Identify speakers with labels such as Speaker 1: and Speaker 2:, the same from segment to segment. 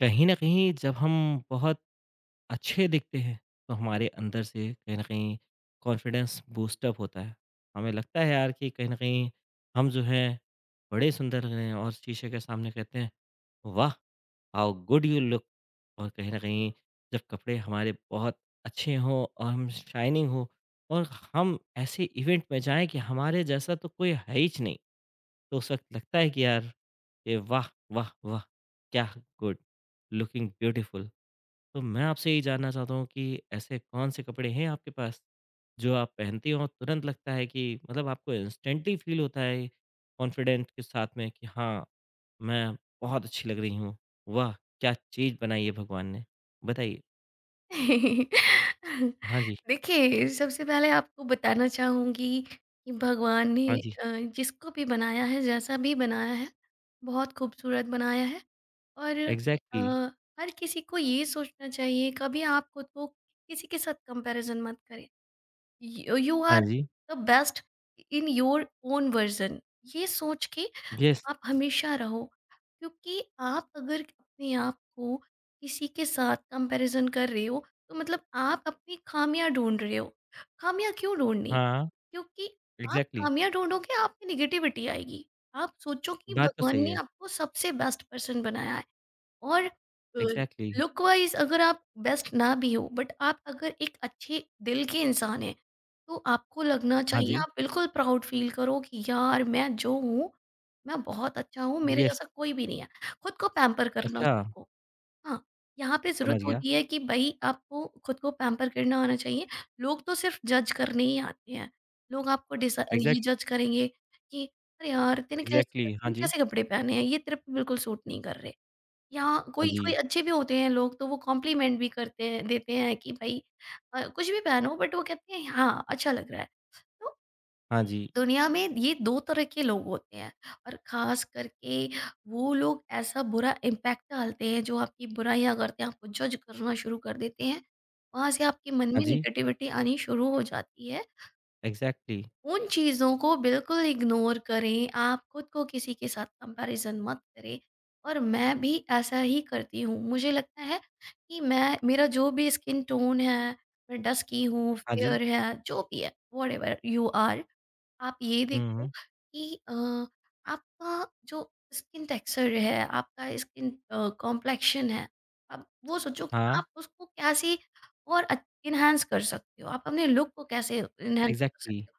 Speaker 1: कहीं न कहीं जब हम बहुत अच्छे दिखते हैं, तो हमारे अंदर से कहीं न कहीं कॉन्फिडेंस बूस्ट अप होता है। हमें लगता है यार कि कहीं न कहीं हम जो हैं, बड़े सुंदर लग रहे हैं और शीशे के सामने कहते हैं, "वाह! हाउ गुड यू लुक" और कहीं न कहीं जब कपड़े हमारे बहुत अच्छे हों और हम शाइनिंग हो और हम ऐसे इवेंट में जाएँ कि हमारे जैसा तो कोई है हीच नहीं। तो उस वक़्त लगता है कि यार, ये वाह! वाह! वाह! क्या गुड, लुकिंग ब्यूटीफुल। तो मैं आपसे यही जानना चाहता हूँ कि ऐसे कौन से कपड़े हैं आपके पास, जो आप पहनती हो और तुरंत लगता है कि मतलब आपको इंस्टेंटली फ़ील होता है कॉन्फिडेंट के साथ में कि हाँ, मैं बहुत अच्छी लग रही हूँ। वाह! क्या चीज़ बनाई है भगवान ने। बताइए? हाँ जी,
Speaker 2: देखिए, सबसे पहले आपको बताना चाहूँगी कि भगवान ने
Speaker 1: हाँ जी।
Speaker 2: अ, जिसको भी बनाया है, जैसा भी बनाया है, बहुत खूबसूरत बनाया है। और अ,
Speaker 1: एग्ज़ैक्टली।
Speaker 2: हर किसी को ये सोचना चाहिए, कभी आप खुद को किसी के साथ कंपैरिज़न मत करें। यू यू
Speaker 1: हाँ
Speaker 2: आर
Speaker 1: जी।
Speaker 2: The best in your own version, ये सोच के
Speaker 1: येस।
Speaker 2: आप हमेशा रहो। क्योंकि आप अगर अपने आप को किसी के साथ कंपैरिजन कर रहे हो, तो मतलब आप अपनी खामियां ढूंढ रहे हो। खामियां क्यों ढूंढनी?
Speaker 1: हाँ,
Speaker 2: क्योंकि आप
Speaker 1: एग्ज़ैक्टली।
Speaker 2: खामियां ढूंढोगे आप में निगेटिविटी आएगी। आप सोचो कि
Speaker 1: बात तो
Speaker 2: भगवान
Speaker 1: सही
Speaker 2: ने
Speaker 1: है।
Speaker 2: आपको सबसे बेस्ट पर्सन बनाया है। और
Speaker 1: एग्ज़ैक्टली।
Speaker 2: लुक वाइज़ अगर आप बेस्ट ना भी हो, बट आप अगर एक अच्छे दिल के इंसान हैं, तो आपको लगना
Speaker 1: हाँ
Speaker 2: चाहिए
Speaker 1: जी।
Speaker 2: आप बिल्कुल प्राउड फ़ील करो कि यार मैं जो हूँ, मैं बहुत अच्छा हूँ, मेरे
Speaker 1: येस।
Speaker 2: जैसा कोई भी नहीं है। खुद को पैम्पर करना
Speaker 1: अच्छा,
Speaker 2: सीखो। हाँ, यहाँ पे ज़रूरत
Speaker 1: समझ गया।
Speaker 2: होती है कि भई आपको खुद को पैम्पर करना आना चाहिए। लोग तो सिर्फ़ जज करने ही आते हैं। लोग आपको डिसा ये
Speaker 1: एग्ज़ैक्ट
Speaker 2: जज करेंगे कि अरे यार! तूने कैसे
Speaker 1: एग्ज़ैक्टली हाँ
Speaker 2: तूने
Speaker 1: जी,
Speaker 2: कैसे कपड़े पहने हैं? ये तेरे पे बिल्कुल सूट नहीं कर रहे। या
Speaker 1: हाँ
Speaker 2: कोई
Speaker 1: जी,
Speaker 2: कोई अच्छे भी होते हैं लोग, तो वो कॉम्प्लीमेंट भी करते हैं, देते हैं कि भाई कुछ भी पहनो बट वो कहते हैं हाँ अच्छा लग रहा है। तो
Speaker 1: हाँ जी,
Speaker 2: दुनिया में ये दो तरह के लोग होते हैं। और खास करके वो लोग ऐसा बुरा इम्पैक्ट डालते हैं जो आपकी बुराइयां करते हैं, आपको जज करना शुरू कर देते हैं। वहां से आपके मन
Speaker 1: हाँ
Speaker 2: में
Speaker 1: जी,
Speaker 2: निगेटिविटी आनी शुरू हो जाती है।
Speaker 1: एग्ज़ैक्टली
Speaker 2: उन चीज़ों को बिल्कुल इग्नोर करें, आप खुद को किसी के साथ कंपैरिज़न मत करें। और मैं भी ऐसा ही करती हूँ। मुझे लगता है कि मैं मेरा जो भी स्किन टोन है, मैं डस्की हूँ,
Speaker 1: हाँ जी,
Speaker 2: फेयर है, जो भी है, व्हाटएवर यू आर, आप ये
Speaker 1: हुँ,
Speaker 2: देखो
Speaker 1: हुँ,
Speaker 2: कि आपका जो स्किन टेक्सचर है, आपका स्किन कॉम्प्लेक्शन है, आप वो सोचो कि
Speaker 1: हाँ,
Speaker 2: आप उसको कैसे और एनहांस कर सकते हो, आप अपने लुक को कैसे एनहांस कर
Speaker 1: एग्ज़ैक्टली
Speaker 2: सकते हो।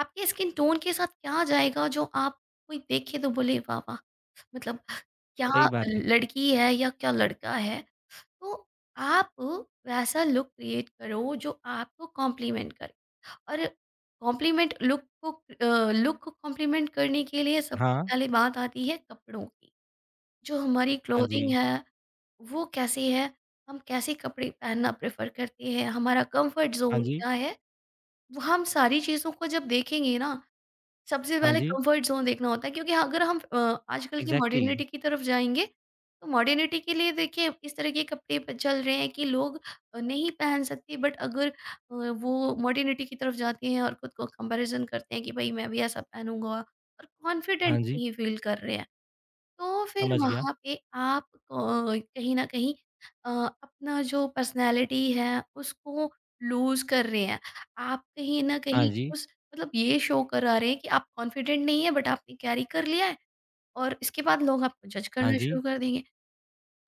Speaker 2: आपके स्किन टोन के साथ क्या जाएगा जो आप कोई देखे तो बोले वाह वाह! मतलब क्या
Speaker 1: सही बात है।
Speaker 2: लड़की है या क्या लड़का है। तो आप वैसा लुक क्रिएट करो जो आपको कॉम्प्लीमेंट करे। और कॉम्प्लीमेंट लुक को अ, लुक को कॉम्प्लीमेंट करने के लिए सबसे
Speaker 1: हाँ,
Speaker 2: पहले बात आती है कपड़ों की। जो हमारी
Speaker 1: हाँ
Speaker 2: क्लोथिंग
Speaker 1: जी,
Speaker 2: है, वो कैसी है, हम कैसे कपड़े पहनना प्रेफ़र करते हैं, हमारा कम्फ़र्ट
Speaker 1: हाँ
Speaker 2: ज़ोन
Speaker 1: जी,
Speaker 2: क्या है, वो हम सारी चीज़ों को जब देखेंगे ना सबसे
Speaker 1: हाँ
Speaker 2: पहले
Speaker 1: जी,
Speaker 2: कंफर्ट ज़ोन देखना होता है। क्योंकि अगर हम आजकल की
Speaker 1: एग्ज़ैक्टली
Speaker 2: मॉडर्निटी की तरफ जाएँगे, तो मॉडर्निटी के लिए देखिए इस तरह के कपड़े प चल रहे हैं कि लोग नहीं पहन सकते, बट अगर वो मॉडर्निटी की तरफ जाते हैं और खुद को कंपैरिज़न करते हैं कि भई मैं भी ऐसा पहनूँगा और
Speaker 1: हाँ
Speaker 2: कॉन्फिडेंट
Speaker 1: जी,
Speaker 2: नहीं फील कर रहे हैं। तो फिर
Speaker 1: समझ गया।
Speaker 2: वहाँ पे आप कहीं न कहीं अ, अपना जो पर्सनैलिटी है, उसको लूज़ कर रहे हैं। आप कहीं न
Speaker 1: हाँ
Speaker 2: कहीं
Speaker 1: जी,
Speaker 2: उस मतलब ये शो करा रहे हैं कि आप कॉन्फिडेंट नहीं हैं बट आपने कैरी कर लिया है, और इसके बाद लोग आपको जज
Speaker 1: हाँ
Speaker 2: करना
Speaker 1: जी,
Speaker 2: शुरू कर देंगे।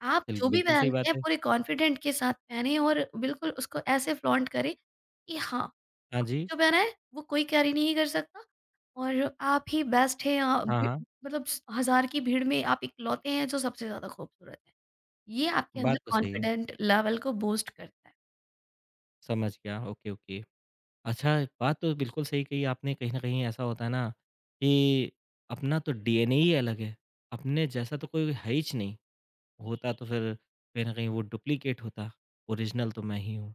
Speaker 2: आप
Speaker 1: बिल
Speaker 2: जो भी
Speaker 1: बिल्कुल
Speaker 2: पहन
Speaker 1: सही
Speaker 2: रहे हैं
Speaker 1: बात है।
Speaker 2: पूरे कॉन्फिडेंट के साथ पहने और बिल्कुल उसको ऐसे फ्लॉन्ट करें कि हाँ,
Speaker 1: हाँ जी,
Speaker 2: जो पहना है वो कोई कैरी नहीं कर सकता। और आप ही बेस्ट हैं अ,
Speaker 1: हाँ,
Speaker 2: भि
Speaker 1: हाँ,
Speaker 2: मतलब स हज़ार की भीड़ में आप इकलौते हैं जो सबसे ज़्यादा खूबसूरत हैं। ये आपके अंदर
Speaker 1: बात तो सही है,
Speaker 2: कॉन्फिडेंट लेवल को बूस्ट करता है।
Speaker 1: समझ गया, ओके, ओके। अच्छा, बात तो बिल्कुल सही कही आपने, कहीं न कहीं ऐसा होता है ना कि अपना तो डीएनए ही अलग है, अपने जैसा तो कोई है हीच नहीं। होता तो फिर कहीं न कहीं वो डुप्लीकेट होता, ओरिजिनल तो मैं ही हूँ।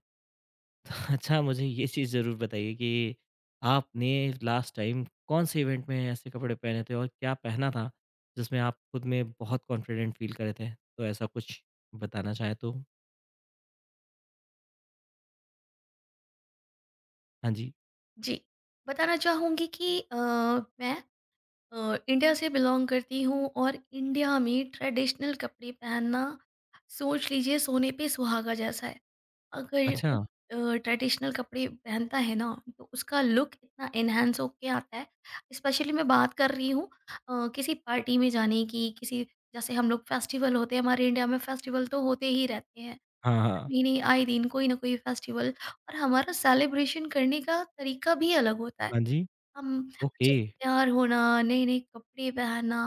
Speaker 1: तो अच्छा मुझे ये चीज़ ज़रूर बताइए कि आपने लास्ट टाइम कौन-से इवेंट में ऐसे कपड़े पहने थे और क्या पहना था, जिसमें आप खुद में बहुत कॉन्फिडेंट फ़ील करे थे? तो ऐसा कुछ बताना चाहें तो? हाँ जी।
Speaker 2: जी, बताना चाहूँगी कि मैं इंडिया से बिलॉन्ग करती हूँ और इंडिया में ट्रेडिशनल कपड़े पहनना सोच लीजिए सोने पे सुहागा जैसा है। अगर
Speaker 1: अच्छा,
Speaker 2: कोई ट्रेडिशनल कपड़े पहनता है ना तो उसका लुक इतना एनहेंस होके आता है। स्पेशली मैं बात कर रही हूँ किसी पार्टी में जाने की, किसी जैसे हम लोग फेस्टिवल होते हैं हमारे इंडिया में, फेस्टिवल तो होते ही रहते हैं,
Speaker 1: हाँ, हाँ।
Speaker 2: महीने आए दिन कोई ना कोई फेस्टिवल। और हमारा सेलिब्रेशन करने का तरीका भी अलग होता है,
Speaker 1: हाँ जी,
Speaker 2: हम अच्छे
Speaker 1: ओके।
Speaker 2: से तैयार होना, नए-नए कपड़े पहनना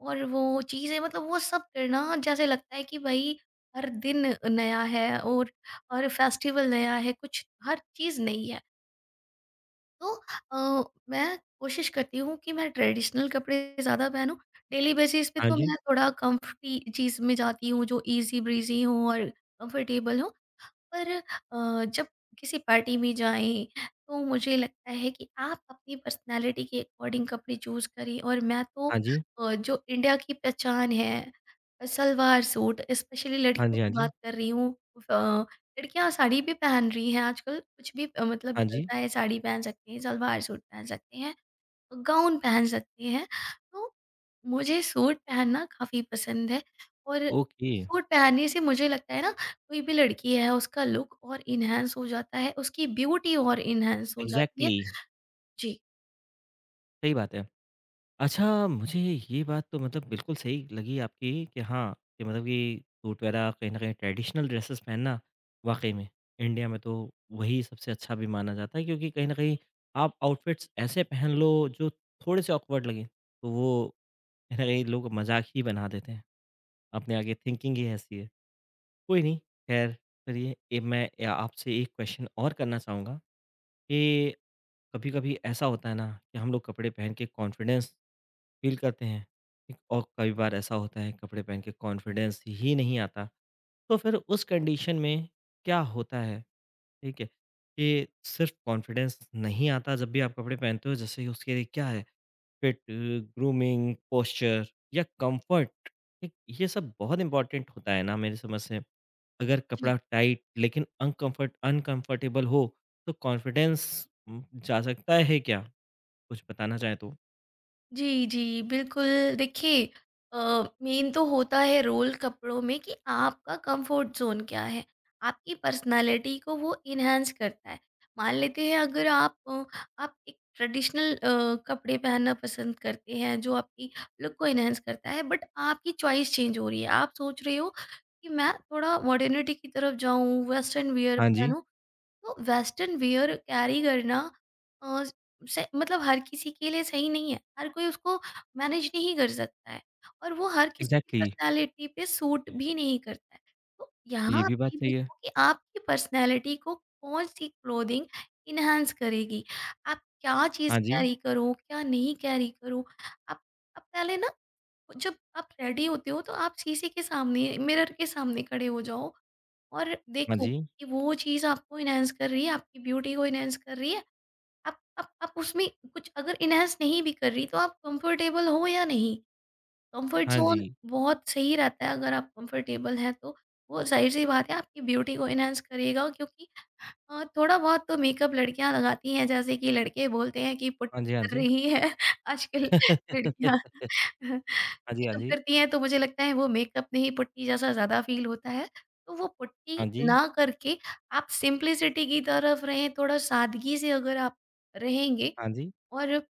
Speaker 2: और वो चीज़ें, मतलब वो सब करना जैसे लगता है कि भाई हर दिन नया है और हर फेस्टिवल नया है, कुछ हर चीज़ नई है। तो अ, मैं कोशिश करती हूँ कि मैं ट्रेडिशनल कपड़े ज़्यादा पहनूँ, डेली बेसिस पे
Speaker 1: हाँ
Speaker 2: तो
Speaker 1: जी,
Speaker 2: मैं थोड़ा कम्फर्टी चीज़ में जाती हूँ जो ईज़ी ब्रीज़ी हो और कम्फर्टेबल हो। पर जब किसी पार्टी में जाएँ तो मुझे लगता है कि आप अपनी पर्सनैलिटी के अकॉर्डिंग कपड़े चूज़ करें। और मैं तो
Speaker 1: हाँ जी।
Speaker 2: जो इंडिया की पहचान है सलवार सूट, स्पेशली
Speaker 1: हाँ
Speaker 2: लड़कियों
Speaker 1: जी, हाँ
Speaker 2: की
Speaker 1: जी।
Speaker 2: बात कर रही हूँ। अ, लड़कियाँ साड़ी भी पहन रही हैं आजकल, कुछ भी मतलब
Speaker 1: हाँ जी,
Speaker 2: चलता है, साड़ी पहन सकते हैं, सलवार सूट पहन सकते हैं। गाउन पहन सकते हैं। तो मुझे सूट पहनना काफ़ी पसंद है, और
Speaker 1: ओके।
Speaker 2: सूट पहनने से मुझे लगता है ना कोई भी लड़की है उसका लुक और इन्हांस हो जाता है, उसकी ब्यूटी और इन्हांस हो जाती है।
Speaker 1: इग्ज़ैक्टली,
Speaker 2: जी।
Speaker 1: सही बात है। अच्छा, मुझे ये बात तो मतलब बिल्कुल सही लगी आपकी कि हाँ, कि मतलब कि सूट वगैरह कहीं न कहीं ट्रेडिशनल ड्रेसेस पहनना, वाक़ई में इंडिया में तो वही सबसे अच्छा भी माना जाता है क्योंकि कहीं न कहीं आप आउटफिट्स ऐसे पहन लो जो थोड़े से ऑकवर्ड लगें, तो वो कहीं न कहीं लोग मज़ाक ही बना देते हैं। अपने आगे थिंकिंग ही ऐसी है। कोई नहीं, ख़ैर चलिए ए मैं ए आपसे एक क्वेश्चन और करना चाहूँगा कि कभी-कभी ऐसा होता है ना कि हम लोग कपड़े पहन के कॉन्फिडेंस फ़ील करते हैं, ठीक? और कई बार ऐसा होता है कपड़े पहन के कॉन्फिडेंस ही नहीं आता, तो फिर उस कंडीशन में क्या होता है, ठीक है? कि सिर्फ़ कॉन्फिडेंस नहीं आता जब भी आप कपड़े पहनते हो जैसे उसके लिए क्या है फिट, ग्रूमिंग, पोस्चर या कंफर्ट, ठीक? ये सब बहुत इम्पोर्टेंट होता है ना मेरी समझ से। अगर
Speaker 2: जी
Speaker 1: कपड़ा टाइट लेकिन अनकम्फर्टेबल हो तो कॉन्फिडेंस जा सकता है क्या? कुछ बताना चाहें तो?
Speaker 2: जी, जी, बिल्कुल। देखिए अ, मेन तो होता है रोल कपड़ों में कि आपका कंफर्ट ज़ोन क्या है? आपकी पर्सनैलिटी को वो एनहांस करता है। मान लेते हैं अगर आप एक ट्रेडिशनल कपड़े पहनना पसंद करते हैं जो आपकी लुक को एनहांस करता है, बट आपकी चॉइस चेंज हो रही है। आप सोच रहे हो कि मैं थोड़ा मॉडर्निटी की तरफ जाऊँ, वेस्टर्न वियर
Speaker 1: हाँ जी,
Speaker 2: पहनूँ तो वेस्टर्न वियर कैरी करना अ, से मतलब हर किसी के लिए सही नहीं है। हर कोई उसको मैनेज नहीं कर सकता है और वो हर किसी की
Speaker 1: एग्ज़ैक्टली
Speaker 2: पर्सनैलिटी पे सूट भी नहीं करता है। तो
Speaker 1: ये
Speaker 2: यहाँ आप
Speaker 1: भी बात
Speaker 2: ये
Speaker 1: सही है।
Speaker 2: देखो कि आपकी पर्सनैलिटी को कौन-सी क्लोथिंग एनहांस करेगी। आप क्या चीज़
Speaker 1: हाँ जी,
Speaker 2: कैरी करो, क्या नहीं कैरी करो। आप आप पहले ना जब आप रेडी होते हो तो आप शीशे के सामने, मिरर के सामने खड़े हो जाओ और
Speaker 1: हाँ
Speaker 2: देखो
Speaker 1: जी,
Speaker 2: कि वो चीज़ आपको इन्हांस कर रही है, आपकी ब्यूटी को इन्हांस कर रही है। आप उसमें कुछ अगर इन्हांस नहीं भी कर रही, तो आप कंफर्टेबल हो या नहीं? कंफर्ट
Speaker 1: हाँ
Speaker 2: ज़ोन
Speaker 1: जी,
Speaker 2: बहुत सही रहता है अगर आप कंफर्टेबल हैं तो। वो ज़ाहिर-सी बात है आपकी ब्यूटी को एनहांस करेगा क्योंकि थोड़ा बहुत तो मेकअप लड़कियाँ लगाती हैं जैसे कि लड़के बोलते हैं कि
Speaker 1: हाँ
Speaker 2: पुट्टी
Speaker 1: जी, हाँ
Speaker 2: कर
Speaker 1: जी।
Speaker 2: रही है आजकल लड़कियाँ
Speaker 1: हाँ जी, हाँ
Speaker 2: मेकअप
Speaker 1: जी,
Speaker 2: करती हैं तो मुझे लगता है वो मेकअप में ही पुट्टी जैसा ज़्यादा फ़ील होता है। तो वो पुट्टी
Speaker 1: हाँ जी,
Speaker 2: ना करके आप सिम्प्लिसिटी की तरफ रहें, थोड़ा सादगी से अगर आप रहेंगे
Speaker 1: हाँ जी,
Speaker 2: और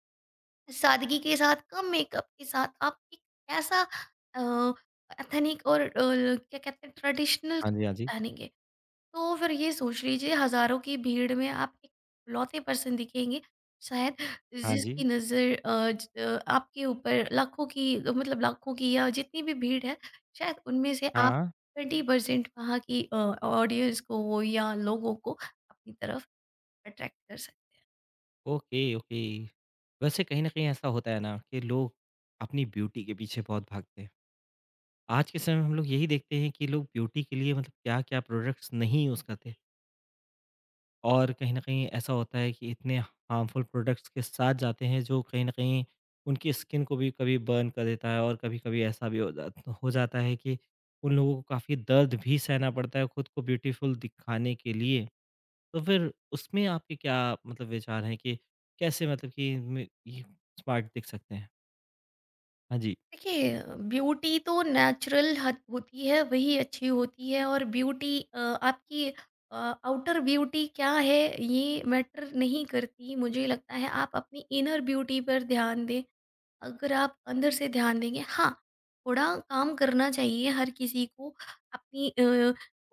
Speaker 2: सादगी के साथ कम मेकअप के साथ आप एक ऐसा अ, एथनिक और क्या कहते हैं ट्रेडिशनल
Speaker 1: हाँ जी, हाँ जी,
Speaker 2: कपड़े पहनेंगे तो फिर ये सोच लीजिए हज़ारों की भीड़ में आप एक लौते पर्सन दिखेंगे शायद,
Speaker 1: हाँ
Speaker 2: जिसकी
Speaker 1: जी,
Speaker 2: नज़र आपके ऊपर लाखों की, मतलब लाखों की या जितनी भी भीड़ है शायद उनमें से आप
Speaker 1: हाँ,
Speaker 2: 20% वहाँ की ऑडियंस को या लोगों को अपनी तरफ अट्रैक्ट कर सकें।
Speaker 1: Okay, okay. वैसे कहीं न कहीं ऐसा होता है ना कि लोग अपनी ब्यूटी के पीछे बहुत भागते हैं। आज के समय में हम लोग यही देखते हैं कि लोग ब्यूटी के लिए मतलब क्या-क्या प्रोडक्ट्स नहीं यूज़ करते। और कहीं न कहीं ऐसा होता है कि इतने हार्मफुल प्रोडक्ट्स के साथ जाते हैं जो कहीं न कहीं उनकी स्किन को भी कभी बर्न कर देता है और कभी-कभी ऐसा भी हो जाता है कि उन लोगों को काफ़ी दर्द भी सहना पड़ता है खुद को ब्यूटीफुल दिखाने के लिए। तो फिर उसमें आपके क्या मतलब विचार हैं कि कैसे मतलब कि में ये स्मार्ट दिख सकते हैं? हाँ जी।
Speaker 2: देखिए, ब्यूटी तो नेचुरल होती है, वही अच्छी होती है। और ब्यूटी आपकी आउटर ब्यूटी क्या है ये मैटर नहीं करती, मुझे लगता है आप अपनी इनर ब्यूटी पर ध्यान दें। अगर आप अंदर से ध्यान देंगे, हाँ थोड़ा काम करना चाहिए हर किसी को अपनी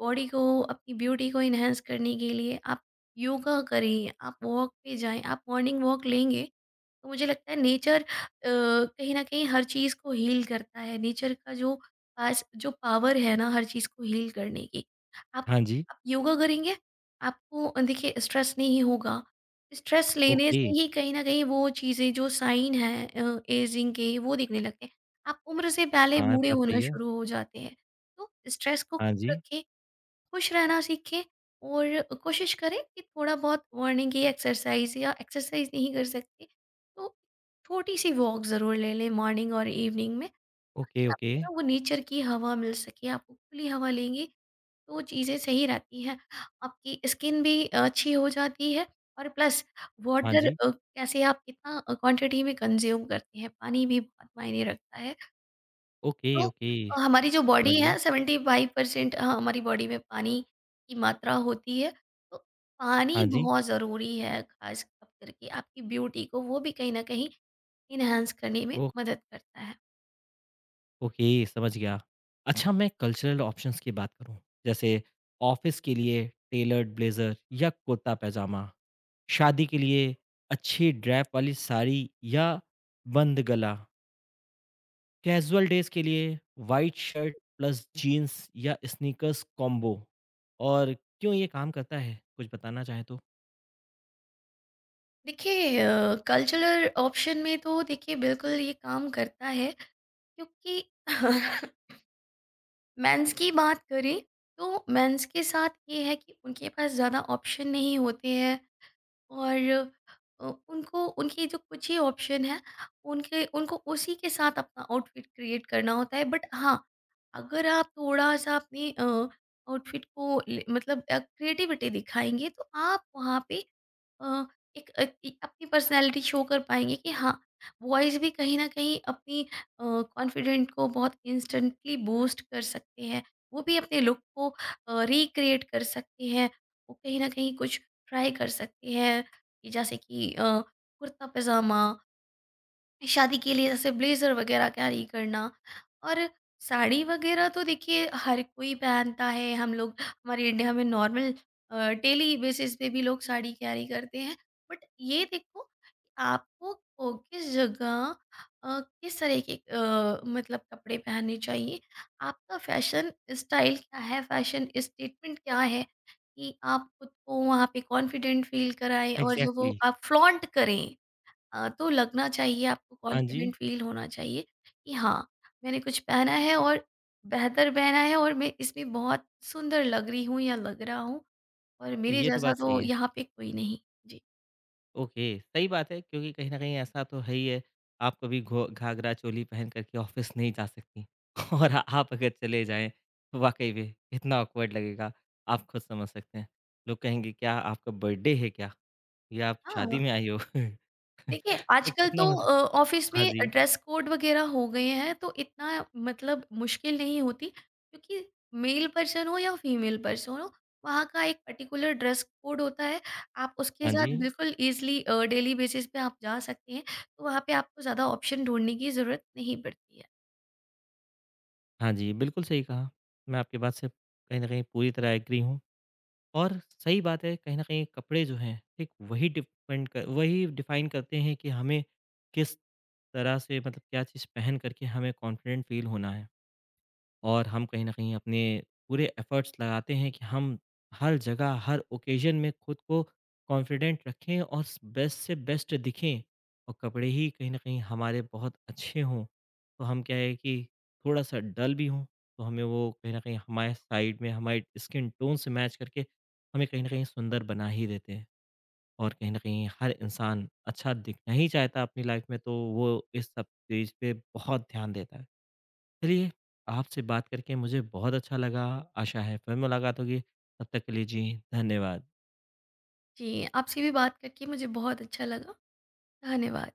Speaker 2: बॉडी को, अपनी ब्यूटी को इन्हेंस करने के लिए। आप योगा करें, आप वॉक पे जाएं, आप मॉर्निंग वॉक लेंगे तो मुझे लगता है नेचर कहीं न कहीं हर चीज़ को हील करता है। नेचर का जो पास जो पावर है ना हर चीज़ को हील करने की। आप
Speaker 1: हाँ जी।
Speaker 2: आप योगा करेंगे, आपको देखिए स्ट्रेस नहीं होगा। स्ट्रेस लेने
Speaker 1: ओके।
Speaker 2: से ही कहीं न कहीं वो चीज़ें जो साइन हैं एजिंग के, वो दिखने लगते हैं। आप उम्र से पहले
Speaker 1: हाँ,
Speaker 2: बूढ़े
Speaker 1: बात
Speaker 2: होना
Speaker 1: सही है।
Speaker 2: शुरू हो जाते हैं। तो स्ट्रेस को
Speaker 1: हाँ
Speaker 2: कम
Speaker 1: जी।
Speaker 2: रखें, खुश रहना सीखें और कोशिश करें कि थोड़ा बहुत मॉर्निंग की एक्सरसाइज, या एक्सरसाइज नहीं कर सकते तो छोटी सी वॉक ज़रूर ले लें मॉर्निंग और इवनिंग में, ताकि
Speaker 1: ओके, ओके।
Speaker 2: आपको ना वो नेचर की हवा मिल सके। आप खुली हवा लेंगे तो वो चीज़ें सही रहती हैं, आपकी स्किन भी अच्छी हो जाती है। और प्लस
Speaker 1: हाँ
Speaker 2: वाटर
Speaker 1: जी।
Speaker 2: कैसे आप कितना क्वांटिटी में कंज्यूम करते हैं, पानी भी बहुत मायने रखता है।
Speaker 1: ओके,
Speaker 2: तो
Speaker 1: ओके।
Speaker 2: हमारी जो बॉडी
Speaker 1: समझ
Speaker 2: है
Speaker 1: गया।
Speaker 2: 75%। हाँ, हमारी बॉडी में पानी की मात्रा होती है। तो पानी
Speaker 1: हाँ जी।
Speaker 2: बहुत ज़रूरी है, ख़ास कर करके आपकी ब्यूटी को वो भी कहीं न कहीं एनहांस करने में
Speaker 1: ओ
Speaker 2: मदद करता है।
Speaker 1: ओके, समझ गया। अच्छा मैं कल्चरल ऑप्शंस की बात करूँ, जैसे ऑफ़िस के लिए टेलर्ड ब्लेज़र या कुर्ता-पैजामा, शादी के लिए अच्छी ड्रैप वाली साड़ी या बंद गला, कैज़ुअल डेज़ के लिए व्हाइट शर्ट प्लस जीन्स या स्नीकर्स कॉम्बो और क्यों ये काम करता है? कुछ बताना चाहें तो?
Speaker 2: देखिए, कल्चरल ऑप्शन में तो देखिए बिल्कुल ये काम करता है क्योंकि मेंस की बात करें तो मेंस के साथ ये है कि उनके पास ज़्यादा ऑप्शन नहीं होते हैं। और उनको उनके जो कुछ ही ऑप्शन है उनके उनको उसी के साथ अपना आउटफिट क्रिएट करना होता है। बट हाँ, अगर आप थोड़ा सा अपनी आउटफिट को मतलब क्रिएटिविटी दिखाएंगे तो आप वहाँ पे अ, एक अपनी पर्सनालिटी शो कर पाएंगे कि हाँ वॉइस भी कहीं ना कहीं अपनी कॉन्फिडेंट को बहुत इंस्टेंटली बूस्ट कर सकते हैं। वो भी अपने लुक को रिक्रिएट कर सकते हैं। वो कहीं ना कहीं कुछ ट्राई कर सकते हैं कि जैसे कि कुर्ता पजामा, शादी के लिए जैसे ब्लेजर वगैरह कैरी करना, और साड़ी वगैरह तो देखिए हर कोई पहनता है। हम लोग हमारे इंडिया में नॉर्मल डेली बेसिस पे भी लोग साड़ी कैरी करते हैं। बट ये देखो कि किस जगह किस तरह के मतलब कपड़े पहनने चाहिए, आपका फैशन स्टाइल क्या है, फैशन स्टेटमेंट क्या है, कि आप खुद को वहाँ पे कॉन्फिडेंट फील कराएं और जो वो
Speaker 1: एग्ज़ैक्टली।
Speaker 2: आप फ्लॉन्ट करें। तो लगना चाहिए, आपको
Speaker 1: हाँ जी,
Speaker 2: कॉन्फिडेंट फ़ील होना चाहिए कि हाँ, मैंने कुछ पहना है और बेहतर पहना है और मैं इसमें बहुत सुंदर लग रही हूँ या लग रहा हूँ, और मेरे
Speaker 1: ये तो
Speaker 2: जैसा
Speaker 1: बात
Speaker 2: तो
Speaker 1: सही है।
Speaker 2: यहाँ पे कोई नहीं। जी।
Speaker 1: ओके, सही बात है क्योंकि कहीं न कहीं ऐसा तो है ही है, आप कभी घो घाघरा चोली पहन कर के ऑफ़िस नहीं जा सकती और आप अगर चले जाएँ, तो वाक़ई में कितना ऑकवर्ड लगेगा, आप खुद समझ सकते हैं। लोग कहेंगे क्या आपका बर्थडे है क्या? या आप शादी
Speaker 2: हाँ।
Speaker 1: में आई हो?
Speaker 2: देखिए,
Speaker 1: तो
Speaker 2: आजकल तो
Speaker 1: कितना मतलब
Speaker 2: ऑफ़िस
Speaker 1: हाँ
Speaker 2: में
Speaker 1: जी,
Speaker 2: ड्रेस कोड वग़ैरह हो गए हैं, तो इतना मतलब मुश्किल नहीं होती क्योंकि मेल पर्सन हो या फीमेल पर्सन हो, वहाँ का एक पर्टिकुलर ड्रेस कोड होता है। आप उसके
Speaker 1: हाँ जी,
Speaker 2: साथ बिल्कुल ईज़िली डेली बेसिस पे आप जा सकते हैं, तो वहाँ पे आपको ज़्यादा ऑप्शन ढूँढने की ज़रूरत नहीं पड़ती है।
Speaker 1: हाँ जी, बिल्कुल सही कहा। मैं आपकी बात से कहीं न कहीं पूरी तरह एग्री हूँ। और सही बात है कहीं न कहीं कपड़े जो हैं, ठीक वही डिपेंड कर वही डिफ़ाइन करते हैं कि हमें किस तरह से मतलब क्या चीज़ पहन कर के हमें कॉन्फिडेंट फ़ील होना है। और हम कहीं न कहीं अपने पूरे एफ़र्ट्स लगाते हैं कि हम हर जगह, हर ओकेज़न में खुद को कॉन्फिडेंट रखें और स बेस्ट से बेस्ट दिखें और कपड़े ही कहीं न कहीं हमारे बहुत अच्छे हों। तो हम क्या है कि थोड़ा-सा डल भी हों, तो हमें वो कहीं न कहीं हमारे साइड में, हमारे स्किन टोन से मैच करके हमें कहीं न कहीं सुंदर बना ही देते हैं। और कहीं न कहीं हर इंसान अच्छा दिखना ही चाहता है अपनी लाइफ़ में, तो वो इस सब चीज़ पे बहुत ध्यान देता है। चलिए, आपसे बात करके मुझे बहुत अच्छा लगा। आशा है फिर मुलाकात होगी। तब तक के लिए जी धन्यवाद।
Speaker 2: जी, आपसे भी बात करके मुझे बहुत अच्छा लगा। धन्यवाद।